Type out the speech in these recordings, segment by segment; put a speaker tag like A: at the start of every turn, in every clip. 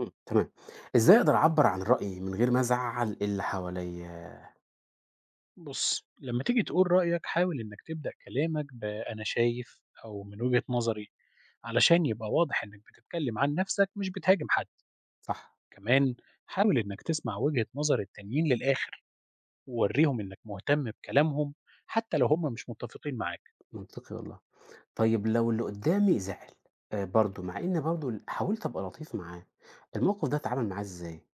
A: تمام. إزاي أقدر أعبّر عن رأيي من غير ما أزعّل اللي حواليّا؟
B: بُص، لمّا تيجي تقول رأيك حاول إنك تبدأ كلامك بأنا شايف أو من وجهة نظري، علشان يبقى واضح إنك بتتكلم عن نفسك مش بتهاجم حد،
A: صح،
B: كمان حاول إنك تسمع وجهة نظر التانيين للآخر، وورّيهم إنك مهتم بكلامهم حتى لو هم مش متفقين معاك.
A: منطقي والله. طيب لو اللي قدّامي زعل برضه، مع إن برضه ال حاولت أبقى لطيف معاه، الموقف ده أتعامل معاه إزاي؟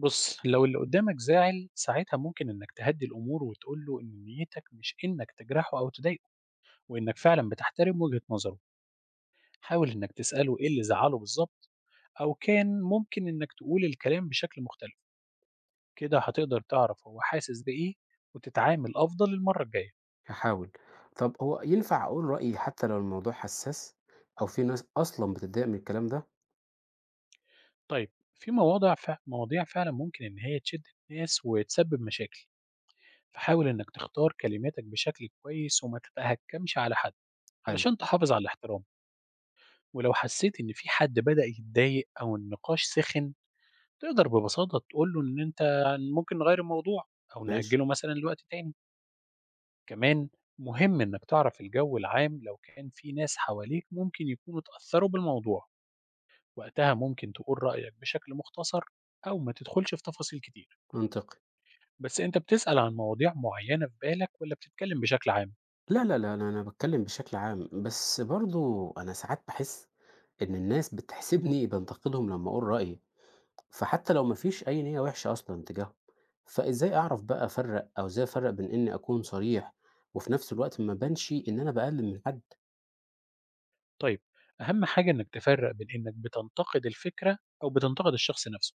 B: بُص، لو اللي قدامك زعل ساعتها ممكن إنك تهدّي الأمور وتقول له إن نيتك مش إنك تجرحه أو تضايقه، وإنك فعلًا بتحترم وجهة نظره. حاول إنك تسأله إيه اللي زعله بالظبط أو كان ممكن إنك تقول الكلام بشكل مختلف، كده هتقدر تعرف هو حاسس بإيه وتتعامل أفضل المرة الجاية.
A: هاحاول. طب هو ينفع أقول رأيي حتّى لو الموضوع حسّاس أو في ناس أصلًا بتتضايق من الكلام ده؟
B: طيب، في مواضع فع مواضيع فعلا ممكن إن هي تشد الناس وتسبب مشاكل، فحاول إنك تختار كلماتك بشكل كويس وما تتهكمش على حد
A: حلو.
B: علشان تحافظ على الاحترام. ولو حسيت ان في حد بدأ يتضايق او النقاش سخن، تقدر ببساطة تقول له ان انت ممكن نغير الموضوع او
A: ماشي،
B: نأجله مثلا لوقت تاني. كمان مهم إنك تعرف الجو العام، لو كان في ناس حواليك ممكن يكونوا اتأثروا بالموضوع وقتها ممكن تقول رأيك بشكل مختصر أو ما تدخلش في تفاصيل كتير.
A: منطقي.
B: بس أنت بتسأل عن مواضيع معينة في بالك ولا بتتكلم بشكل عام؟
A: لا، لا، لا، أنا باتكلّم بشكل عام، بس برضه أنا ساعات باحس إن الناس بتحسبني بانتقدهم لمّا أقول رأيي. فحتى لو ما فيش أي نية وحشة أصلًا تجاههم، فإزاي أعرف بقى أفرّق أو إزاي أفرّق بين إني أكون صريح وفي نفس الوقت ما أبانش إن أنا باقلل من حد؟
B: طيب، أهم حاجة إنك تفرق بين إنك بتنتقد الفكرة أو بتنتقد الشخص نفسه.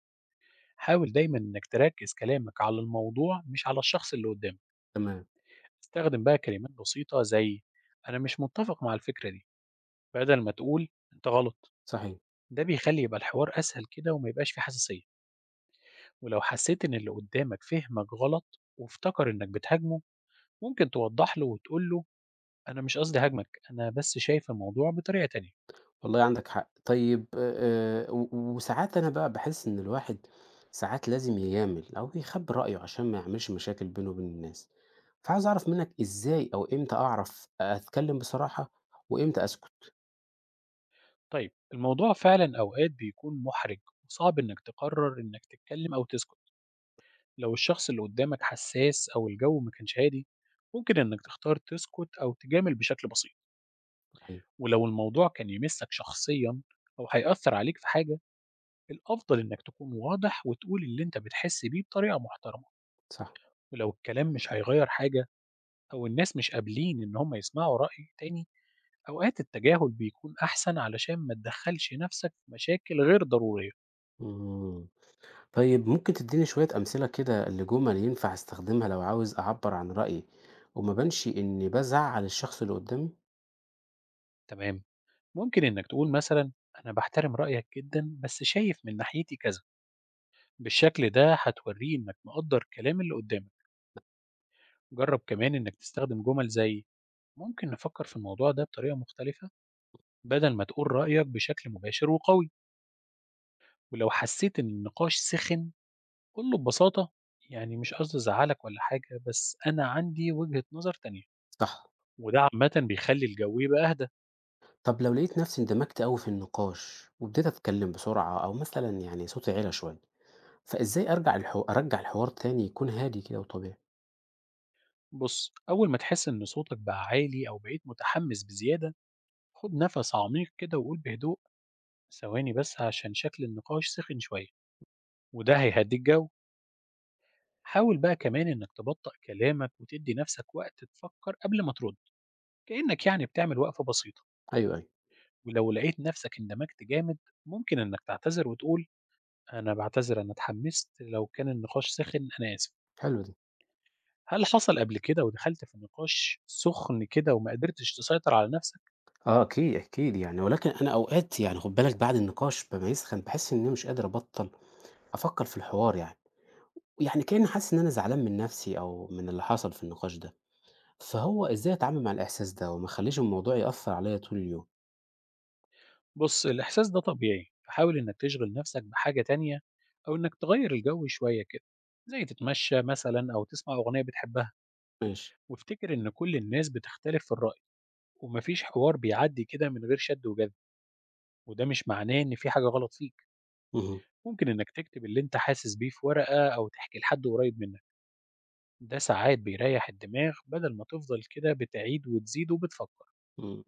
B: حاول دايما إنك تركز كلامك على الموضوع مش على الشخص اللي قدامك.
A: تمام،
B: استخدم بقى كلمات بسيطة زي أنا مش متفق مع الفكرة دي، بدل ما تقول أنت غلط.
A: صحيح،
B: ده بيخلّي يبقى الحوار أسهل كده وما يبقاش فيه حساسية، ولو حسيت إن اللي قدّامك فهمك غلط وافتكر إنك بتهاجمه، ممكن توضّح له وتقول له أنا مش قصدي أهاجمك، أنا بس شايف الموضوع بطريقة تانية.
A: والله عندك حق. طيب و وساعات أنا بقى باحس إن الواحد ساعات لازم يجامل أو يخبّي رأيه عشان ما يعملش مشاكل بينه وبين الناس، فعاوز أعرف منك إزاي أو إمتى أعرف أتكلم بصراحة وإمتى أسكت؟
B: طيب، الموضوع فعلًا أوقات بيكون محرج وصعب إنك تقرر إنك تتكلم أو تسكت، لو الشخص اللي قدّامك حساس أو الجو ما كانش هادي، ممكن إنك تختار تسكت أو تجامل بشكل بسيط.
A: صحيح،
B: ولو الموضوع كان يمسك شخصيًا أو هيأثر عليك في حاجة الأفضل إنك تكون واضح وتقول اللي أنت بتحس بيه بطريقة محترمة.
A: صح،
B: ولو الكلام مش هيغير حاجة أو الناس مش قابلين إن هم يسمعوا رأي تاني، أوقات التجاهل بيكون أحسن علشان ما تدخلش نفسك في مشاكل غير ضرورية.
A: إمم. طيب ممكن تديني شوية أمثلة كده لجمل ينفع استخدمها لو عاوز أعبر عن رأيي وما بانش إني بزعل الشخص اللي قدامي؟
B: تمام، ممكن إنك تقول مثلا أنا بحترم رأيك جدا بس شايف من ناحيتي كذا. بالشكل ده هتوريه إنك مقدر كلام اللي قدامك. جرب كمان إنك تستخدم جمل زي ممكن نفكر في الموضوع ده بطريقة مختلفة، بدل ما تقول رأيك بشكل مباشر وقوي. ولو حسيت إن النقاش سِخِن، قُل له ببساطة يعني مش قصدي أزعّلك ولا حاجة، بس أنا عندي وجهة نظر تانية،
A: صح.
B: وده عامةً بيخلّي الجو يبقى أهدى.
A: طب لو لقيت نفسي اندمجت أوي في النقاش وابتديت أتكلم بسرعة أو مثلا يعني صوتي عالي شوية فإزاي أرجع الحوار تاني يكون هادي كده وطبيعي؟
B: بُص، أول ما تحس إن صوتك بقى عالي أو بقيت متحمس بزيادة، خُد نَفَس عميق كده وقُل بهدوء ثواني بس عشان شكل النقاش سِخِن شوية، وده هيهدّي الجو. حاول بقى كمان إنك تبطّأ كلامك وتدّي نَفْسك وقت تفكّر قبل ما ترُد، كإنّك يعني بتعمل وقفة بسيطة.
A: أيوه أيوه.
B: ولو لقيت نَفْسك اندمجت جامد، ممكن إنك تعتذر وتقول أنا باعتذر أنا اتحمست، لو كان النقاش ساخن أنا آسف.
A: حلو ده.
B: هل حصل قبل كده ودخلت في نقاش سُخن كده وما قدرتش تسيطر على نَفْسك؟
A: اه اكيد يعني ولكن انا اوقات يعني خد بالك بعد النقاش بما يسخن بحس اني مش قادر ابطل افكر في الحوار يعني. يعني كأني حاسس ان انا زعلان من نفسي او من اللي حصل في النقاش ده فهو إزاي أتعامل مع الإحساس ده وما أخلّيش الموضوع يأثّر عليَّ طول اليوم؟
B: بُص، الإحساس ده طبيعي، فحاول إنّك تشغِل نَفْسك بحاجة تانية أو إنّك تغيّر الجَو شوية كده، زي تتمشّى مثلًا أو تسمع أغنية بتحبّها.
A: ماشي.
B: وافتكر إن كل الناس بتختلف في الرأي وما فيش حوار بيعدّي كده من غير شَد وجذب، وده مش معناه إن في حاجة غلط فيك.
A: اهم،
B: ممكن إنّك تكتب اللي أنت حاسس بيه في ورقة أو تحكي لحد قريّب منّك. ده ساعات بيريح الدماغ بدل ما تفضل كده بتعيد وتزيد وبتفكر.
A: إمم.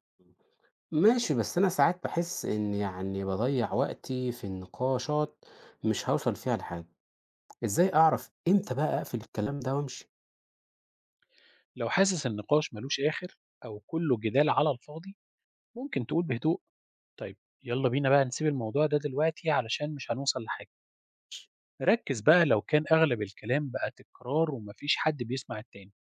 A: ماشي، بس أنا ساعات باحس إن يعني باضيّع وقتي في نقاشات مش هاوصل فيها لحاجة، إزاي أعرف إمتى بقى أقفل الكلام ده وأمشي؟
B: لو حاسس النقاش ملوش آخر أو كله جدال على الفاضي ممكن تقول بهدوء طيب، يلا بينا بقى نسيب الموضوع ده دلوقتي علشان مش هنوصل لحاجة. ركز بقى، لو كان أغلب الكلام بقى تكرار ومفيش حد بيسمع التاني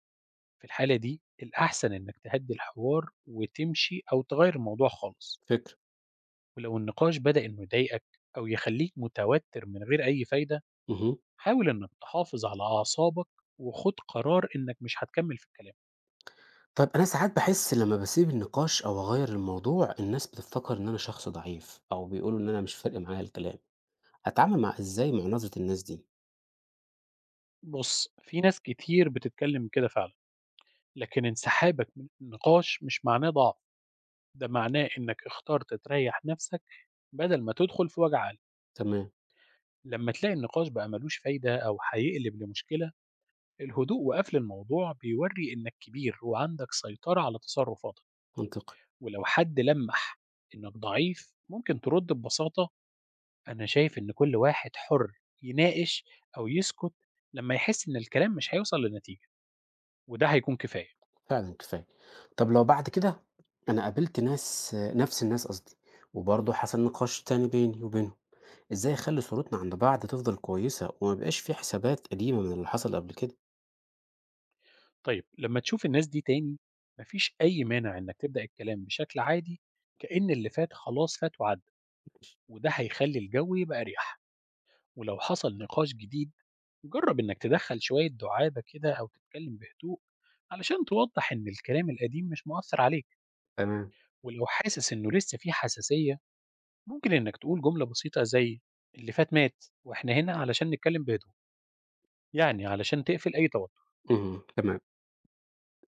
B: في الحالة دي الأحسن إنك تهدي الحوار وتمشي أو تغير الموضوع خالص.
A: فكرة.
B: ولو النقاش بدأ إنه يضايقك أو يخليك متوتر من غير أي فايدة،
A: اهم.
B: حاول إنك تحافظ على أعصابك وخُد قرار إنك مش هتكمّل في الكلام.
A: طَب أنا ساعات باحس لمّا باسيب النقاش أو أغيّر الموضوع، الناس بتفتكر إن أنا شخص ضعيف أو بيقولوا إن أنا مش فارق معايا الكلام، أتعامل مع إزاي مع نظرة الناس دي؟
B: بُص، في ناس كتير بتتكلّم كده فعلًا، لكن انسحابك من النقاش مش معناه ضعف، ده معناه إنك اخترت تريّح نَفْسك بدل ما تدخُل في وجع قلب.
A: تمام،
B: لمّا تلاقي النقاش بقى مالوش فايدة أو هيقلب لمشكلة، الهدوء وقَفْل الموضوع بيورّي إنك كبير وعندك سيطرة على تصرّفاتك.
A: منطقي.
B: ولو حد لمّح إنك ضعيف، ممكن ترُد ببساطة أنا شايف إن كل واحد حُر يناقش أو يسكت لمّا يحس إن الكلام مش هيوصل لنتيجة، وده هيكون كفاية.
A: فعلًا كفاية. طب لو بعد كده أنا قابلت ناس نفس الناس قصدي، وبرضه حصل نقاش تاني بيني وبينهم، إزاي أخلّي صورتنا عند بعض تفضل كويسة وما يبقاش في حسابات قديمة من اللي حصل قبل كده؟
B: طيب، لمّا تشوف الناس دي تاني ما فيش أي مانع إنك تبدأ الكلام بشكل عادي كأن اللي فات خلاص فات وعدّى، وده هيخلّي الجو يبقى أريح. ولو حصل نقاش جديد جرّب إنك تدخّل شوية دُعابة كده أو تتكلم بهدوء علشان توضّح إن الكلام القديم مش مأثّر عليك.
A: تمام.
B: ولو حاسس إنه لسه في حساسية ممكن إنك تقول جملة بسيطة زي اللي فات مات وإحنا هنا علشان نتكلم بهدوء، يعني علشان تقفل أي توتر.
A: اهم، تمام.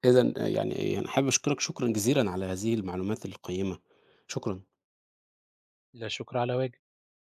A: إذًا يعني أنا حابب أشكرك شكرًا جزيلًا على هذه المعلومات القيمة. شكرًا.
B: لا شكر على واجب.